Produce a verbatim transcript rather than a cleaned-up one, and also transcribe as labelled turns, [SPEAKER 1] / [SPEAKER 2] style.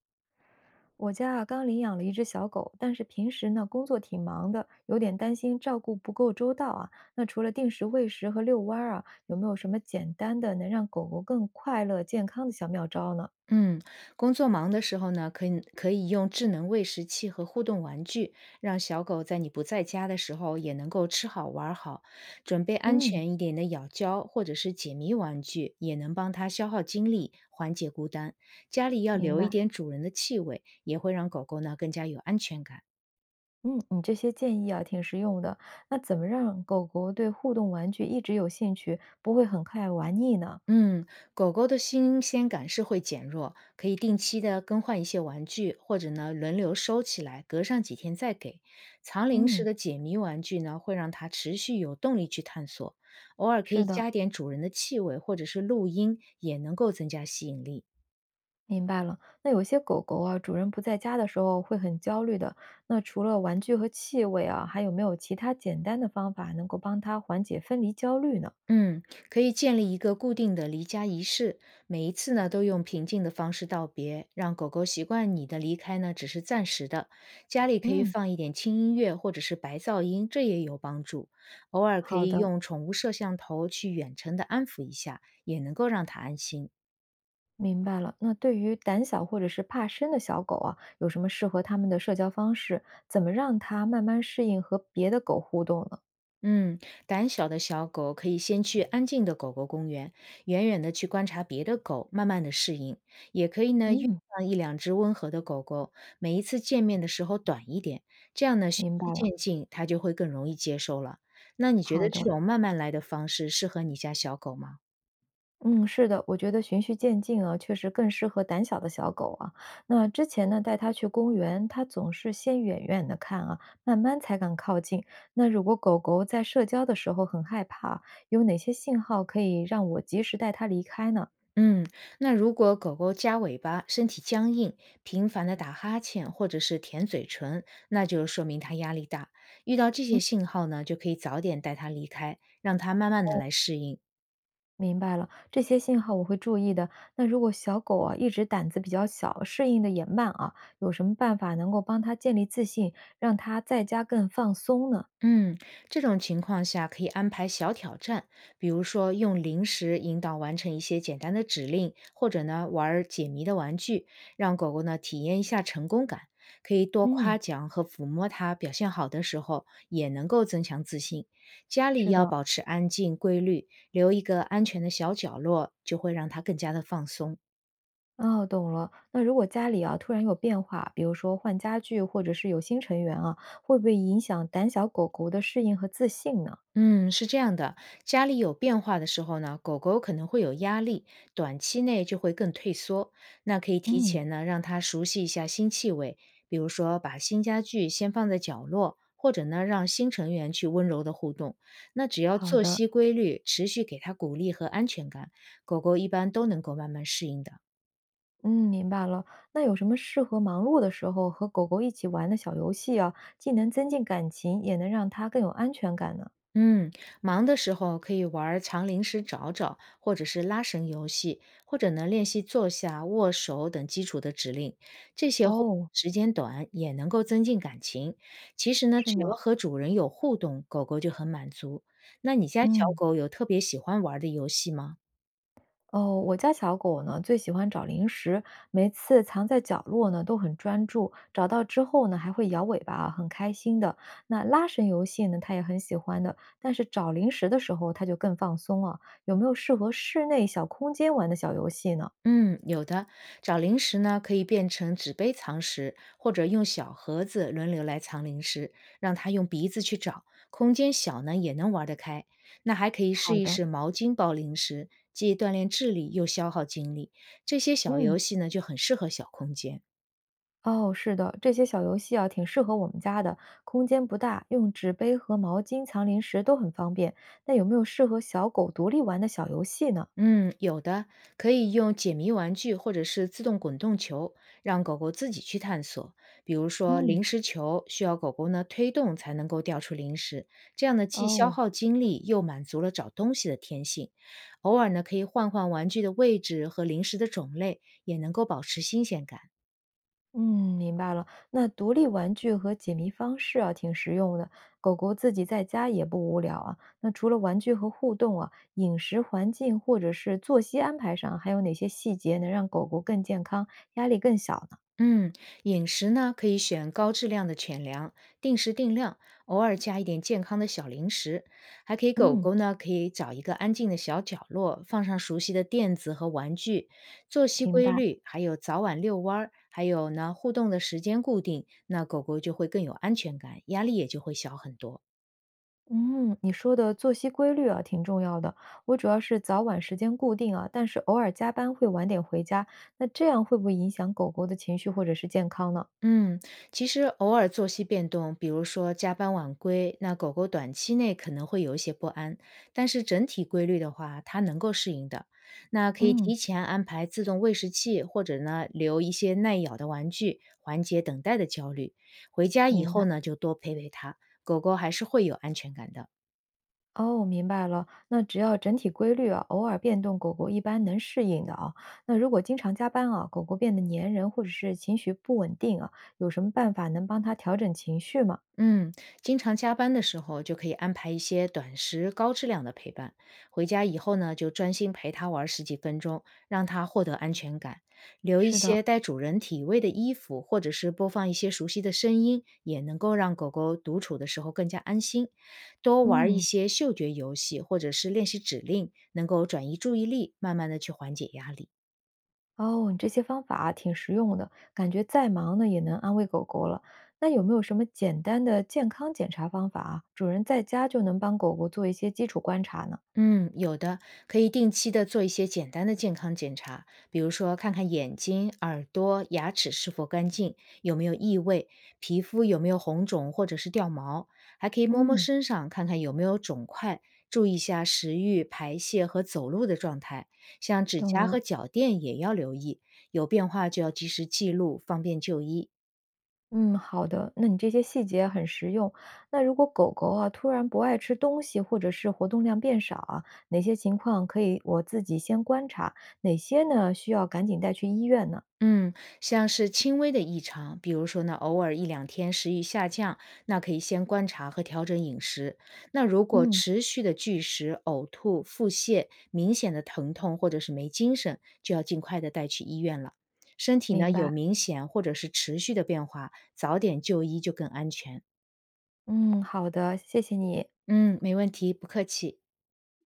[SPEAKER 1] 我家啊刚领养了一只小狗，但是平时呢工作挺忙的，有点担心照顾不够周到啊。那除了定时喂食和遛弯儿啊，有没有什么简单的能让狗狗更快乐、健康的小妙招呢？
[SPEAKER 2] 嗯，工作忙的时候呢，可以可以用智能喂食器和互动玩具，让小狗在你不在家的时候也能够吃好玩儿好。准备安
[SPEAKER 1] 嗯，
[SPEAKER 2] 全一点的咬胶或者是解谜玩具，也能帮它消耗精力，缓解孤单。家里要
[SPEAKER 1] 明
[SPEAKER 2] 留一
[SPEAKER 1] 白。
[SPEAKER 2] 点主人的气味，也会让狗狗呢更加有安全感。
[SPEAKER 1] 嗯，你这些建议啊挺实用的。那怎么让狗狗对互动玩具一直有兴趣，不会很快玩腻呢？
[SPEAKER 2] 嗯，狗狗的新鲜感是会减弱，可以定期的更换一些玩具，或者呢轮流收起来，隔上几天再给。藏零食
[SPEAKER 1] 嗯，
[SPEAKER 2] 的解谜玩具呢，会让它持续有动力去探索。偶尔可以
[SPEAKER 1] 是的。
[SPEAKER 2] 加点主人的气味或者是录音，也能够增加吸引力。
[SPEAKER 1] 明白了，那有些狗狗啊，主人不在家的时候会很焦虑的。那除了玩具和气味啊，还有没有其他简单的方法能够帮它缓解分离焦虑呢？
[SPEAKER 2] 嗯，可以建立一个固定的离家仪式，每一次呢都用平静的方式道别，让狗狗习惯你的离开呢只是暂时的。家里可以
[SPEAKER 1] 嗯，
[SPEAKER 2] 放一点轻音乐或者是白噪音，这也有帮助。偶尔可
[SPEAKER 1] 好
[SPEAKER 2] 以
[SPEAKER 1] 的，
[SPEAKER 2] 用宠物摄像头去远程的安抚一下，也能够让它安心。
[SPEAKER 1] 明白了。那对于胆小或者是怕生的小狗啊，有什么适合它们的社交方式？怎么让它慢慢适应和别的狗互动呢？
[SPEAKER 2] 嗯，胆小的小狗可以先去安静的狗狗公园，远远的去观察别的狗，慢慢的适应。也可以呢，约
[SPEAKER 1] 嗯，
[SPEAKER 2] 上一两只温和的狗狗，每一次见面的时候短一点，这样呢，循
[SPEAKER 1] 明白
[SPEAKER 2] 序
[SPEAKER 1] 了，
[SPEAKER 2] 渐进，它就会更容易接受了。那你觉
[SPEAKER 1] 好
[SPEAKER 2] 得这
[SPEAKER 1] 的。
[SPEAKER 2] 种慢慢来的方式适合你家小狗吗？
[SPEAKER 1] 嗯，是的，我觉得循序渐进啊，确实更适合胆小的小狗啊。那之前呢，带它去公园，它总是先远远的看啊，慢慢才敢靠近。那如果狗狗在社交的时候很害怕，有哪些信号可以让我及时带它离开呢？
[SPEAKER 2] 嗯，那如果狗狗夹尾巴、身体僵硬、频繁的打哈欠或者是舔嘴唇，那就说明它压力大。遇到这些信号呢，就可以早点带它离开，让它慢慢的
[SPEAKER 1] 哦，
[SPEAKER 2] 来适应。
[SPEAKER 1] 明白了，这些信号我会注意的。那如果小狗啊一直胆子比较小，适应的也慢啊，有什么办法能够帮它建立自信，让它在家更放松呢？
[SPEAKER 2] 嗯，这种情况下可以安排小挑战，比如说用零食引导完成一些简单的指令，或者呢玩儿解谜的玩具，让狗狗呢体验一下成功感。可以多
[SPEAKER 1] 嗯，
[SPEAKER 2] 夸奖和抚摸它表现好的时候，也能够增强自信。家里
[SPEAKER 1] 是
[SPEAKER 2] 要
[SPEAKER 1] 的。
[SPEAKER 2] 保持安静规律，留一个安全的小角落，就会让它更加的放松。
[SPEAKER 1] 哦，懂了。那如果家里啊突然有变化，比如说换家具，或者是有新成员啊，会不会影响胆小狗狗的适应和自信呢？
[SPEAKER 2] 嗯，是这样的，家里有变化的时候呢，狗狗可能会有压力，短期内就会更退缩。那可以提
[SPEAKER 1] 嗯，
[SPEAKER 2] 前呢，让它熟悉一下新气味，比如说把新家具先放在角落，或者呢，让新成员去温柔的互动。那只要
[SPEAKER 1] 好
[SPEAKER 2] 作
[SPEAKER 1] 的，
[SPEAKER 2] 息规律，持续给它鼓励和安全感，狗狗一般都能够慢慢适应的。
[SPEAKER 1] 嗯，明白了。那有什么适合忙碌的时候和狗狗一起玩的小游戏啊？既能增进感情，也能让它更有安全感呢？
[SPEAKER 2] 嗯，忙的时候可以玩儿藏零食找找，或者是拉绳游戏，或者呢练习坐下、握手等基础的指令。这些或
[SPEAKER 1] 哦，
[SPEAKER 2] 时间短也能够增进感情。其实呢，
[SPEAKER 1] 是
[SPEAKER 2] 只要
[SPEAKER 1] 吗？
[SPEAKER 2] 和主人有互动，狗狗就很满足。那你家小
[SPEAKER 1] 嗯。
[SPEAKER 2] 狗有特别喜欢玩儿的游戏吗？
[SPEAKER 1] 哦，我家小狗呢最喜欢找零食，每次藏在角落呢都很专注，找到之后呢还会摇尾巴啊，很开心的。那拉绳游戏呢，它也很喜欢的，但是找零食的时候它就更放松了。有没有适合室内小空间玩的小游戏呢？
[SPEAKER 2] 嗯，有的，找零食呢，可以变成纸杯藏食，或者用小盒子轮流来藏零食，让它用鼻子去找，空间小呢也能玩得开。那还可以试
[SPEAKER 1] 好
[SPEAKER 2] 一
[SPEAKER 1] 的，
[SPEAKER 2] 试毛巾包零食，既锻炼智力又消耗精力，这些小游
[SPEAKER 1] 嗯。
[SPEAKER 2] 戏呢就很适合小空间。
[SPEAKER 1] 哦，是的，这些小游戏啊，挺适合我们家的，空间不大，用纸杯和毛巾藏零食都很方便。那有没有适合小狗独立玩的小游戏呢？
[SPEAKER 2] 嗯，有的，可以用解谜玩具或者是自动滚动球，让狗狗自己去探索。比如说
[SPEAKER 1] 嗯，
[SPEAKER 2] 零食球，需要狗狗呢推动才能够掉出零食，这样呢既消
[SPEAKER 1] 哦，
[SPEAKER 2] 耗精力，又满足了找东西的天性。偶尔呢可以换换玩具的位置和零食的种类，也能够保持新鲜感。
[SPEAKER 1] 嗯，明白了。那独立玩具和解谜方式啊，挺实用的。狗狗自己在家也不无聊啊。那除了玩具和互动啊，饮食环境或者是作息安排上，还有哪些细节能让狗狗更健康，压力更小呢？
[SPEAKER 2] 嗯，饮食呢可以选高质量的犬粮，定时定量，偶尔加一点健康的小零食。还可以狗
[SPEAKER 1] 嗯，
[SPEAKER 2] 狗呢，可以找一个安静的小角落，放上熟悉的垫子和玩具。作息
[SPEAKER 1] 明
[SPEAKER 2] 规
[SPEAKER 1] 白。
[SPEAKER 2] 律，还有早晚遛弯儿，还有呢互动的时间固定，那狗狗就会更有安全感，压力也就会小很多。
[SPEAKER 1] 嗯，你说的作息规律啊，挺重要的。我主要是早晚时间固定啊，但是偶尔加班会晚点回家。那这样会不会影响狗狗的情绪或者是健康呢？
[SPEAKER 2] 嗯，其实偶尔作息变动，比如说加班晚归，那狗狗短期内可能会有一些不安，但是整体规律的话，它能够适应的。那可以
[SPEAKER 1] 嗯，
[SPEAKER 2] 提前安排自动喂食器，或者呢留一些耐咬的玩具，缓解等待的焦虑。回家以
[SPEAKER 1] 明
[SPEAKER 2] 后
[SPEAKER 1] 白。
[SPEAKER 2] 呢，就多陪陪它，狗狗还是会有安全感的。
[SPEAKER 1] 哦，明白了。那只要整体规律啊，偶尔变动，狗狗一般能适应的啊。那如果经常加班啊，狗狗变得粘人或者是情绪不稳定啊，有什么办法能帮它调整情绪吗？
[SPEAKER 2] 嗯，经常加班的时候就可以安排一些短时高质量的陪伴。回家以后呢，就专心陪他玩十几分钟，让他获得安全感。留一
[SPEAKER 1] 是的，
[SPEAKER 2] 些带主人体味的衣服，或者是播放一些熟悉的声音，也能够让狗狗独处的时候更加安心。多玩一
[SPEAKER 1] 嗯，
[SPEAKER 2] 些嗅觉游戏，或者是练习指令，能够转移注意力，慢慢的去缓解压力。
[SPEAKER 1] 哦，你这些方法啊挺实用的，感觉再忙呢也能安慰狗狗了。那有没有什么简单的健康检查方法啊？主人在家就能帮狗狗做一些基础观察呢？
[SPEAKER 2] 嗯，有的，可以定期的做一些简单的健康检查，比如说看看眼睛、耳朵、牙齿是否干净，有没有异味，皮肤有没有红肿或者是掉毛，还可以摸摸
[SPEAKER 1] 嗯。
[SPEAKER 2] 身上看看有没有肿块，注意一下食欲、排泄和走路的状态，像指
[SPEAKER 1] 懂
[SPEAKER 2] 甲和
[SPEAKER 1] 了。
[SPEAKER 2] 脚垫也要留意，有变化就要及时记录，方便就医。
[SPEAKER 1] 嗯，好的，那你这些细节很实用。那如果狗狗啊突然不爱吃东西，或者是活动量变少啊，哪些情况可以我自己先观察，哪些呢需要赶紧带去医院呢？
[SPEAKER 2] 嗯，像是轻微的异常，比如说呢，偶尔一两天食欲下降，那可以先观察和调整饮食。那如果
[SPEAKER 1] 嗯，
[SPEAKER 2] 持续的拒食、呕吐、腹泻、明显的疼痛或者是没精神，就要尽快的带去医院了。身体
[SPEAKER 1] 明
[SPEAKER 2] 呢有
[SPEAKER 1] 白。
[SPEAKER 2] 明显或者是持续的变化，早点就医就更安全。
[SPEAKER 1] 嗯，好的，谢谢你。
[SPEAKER 2] 嗯，没问题，不客气。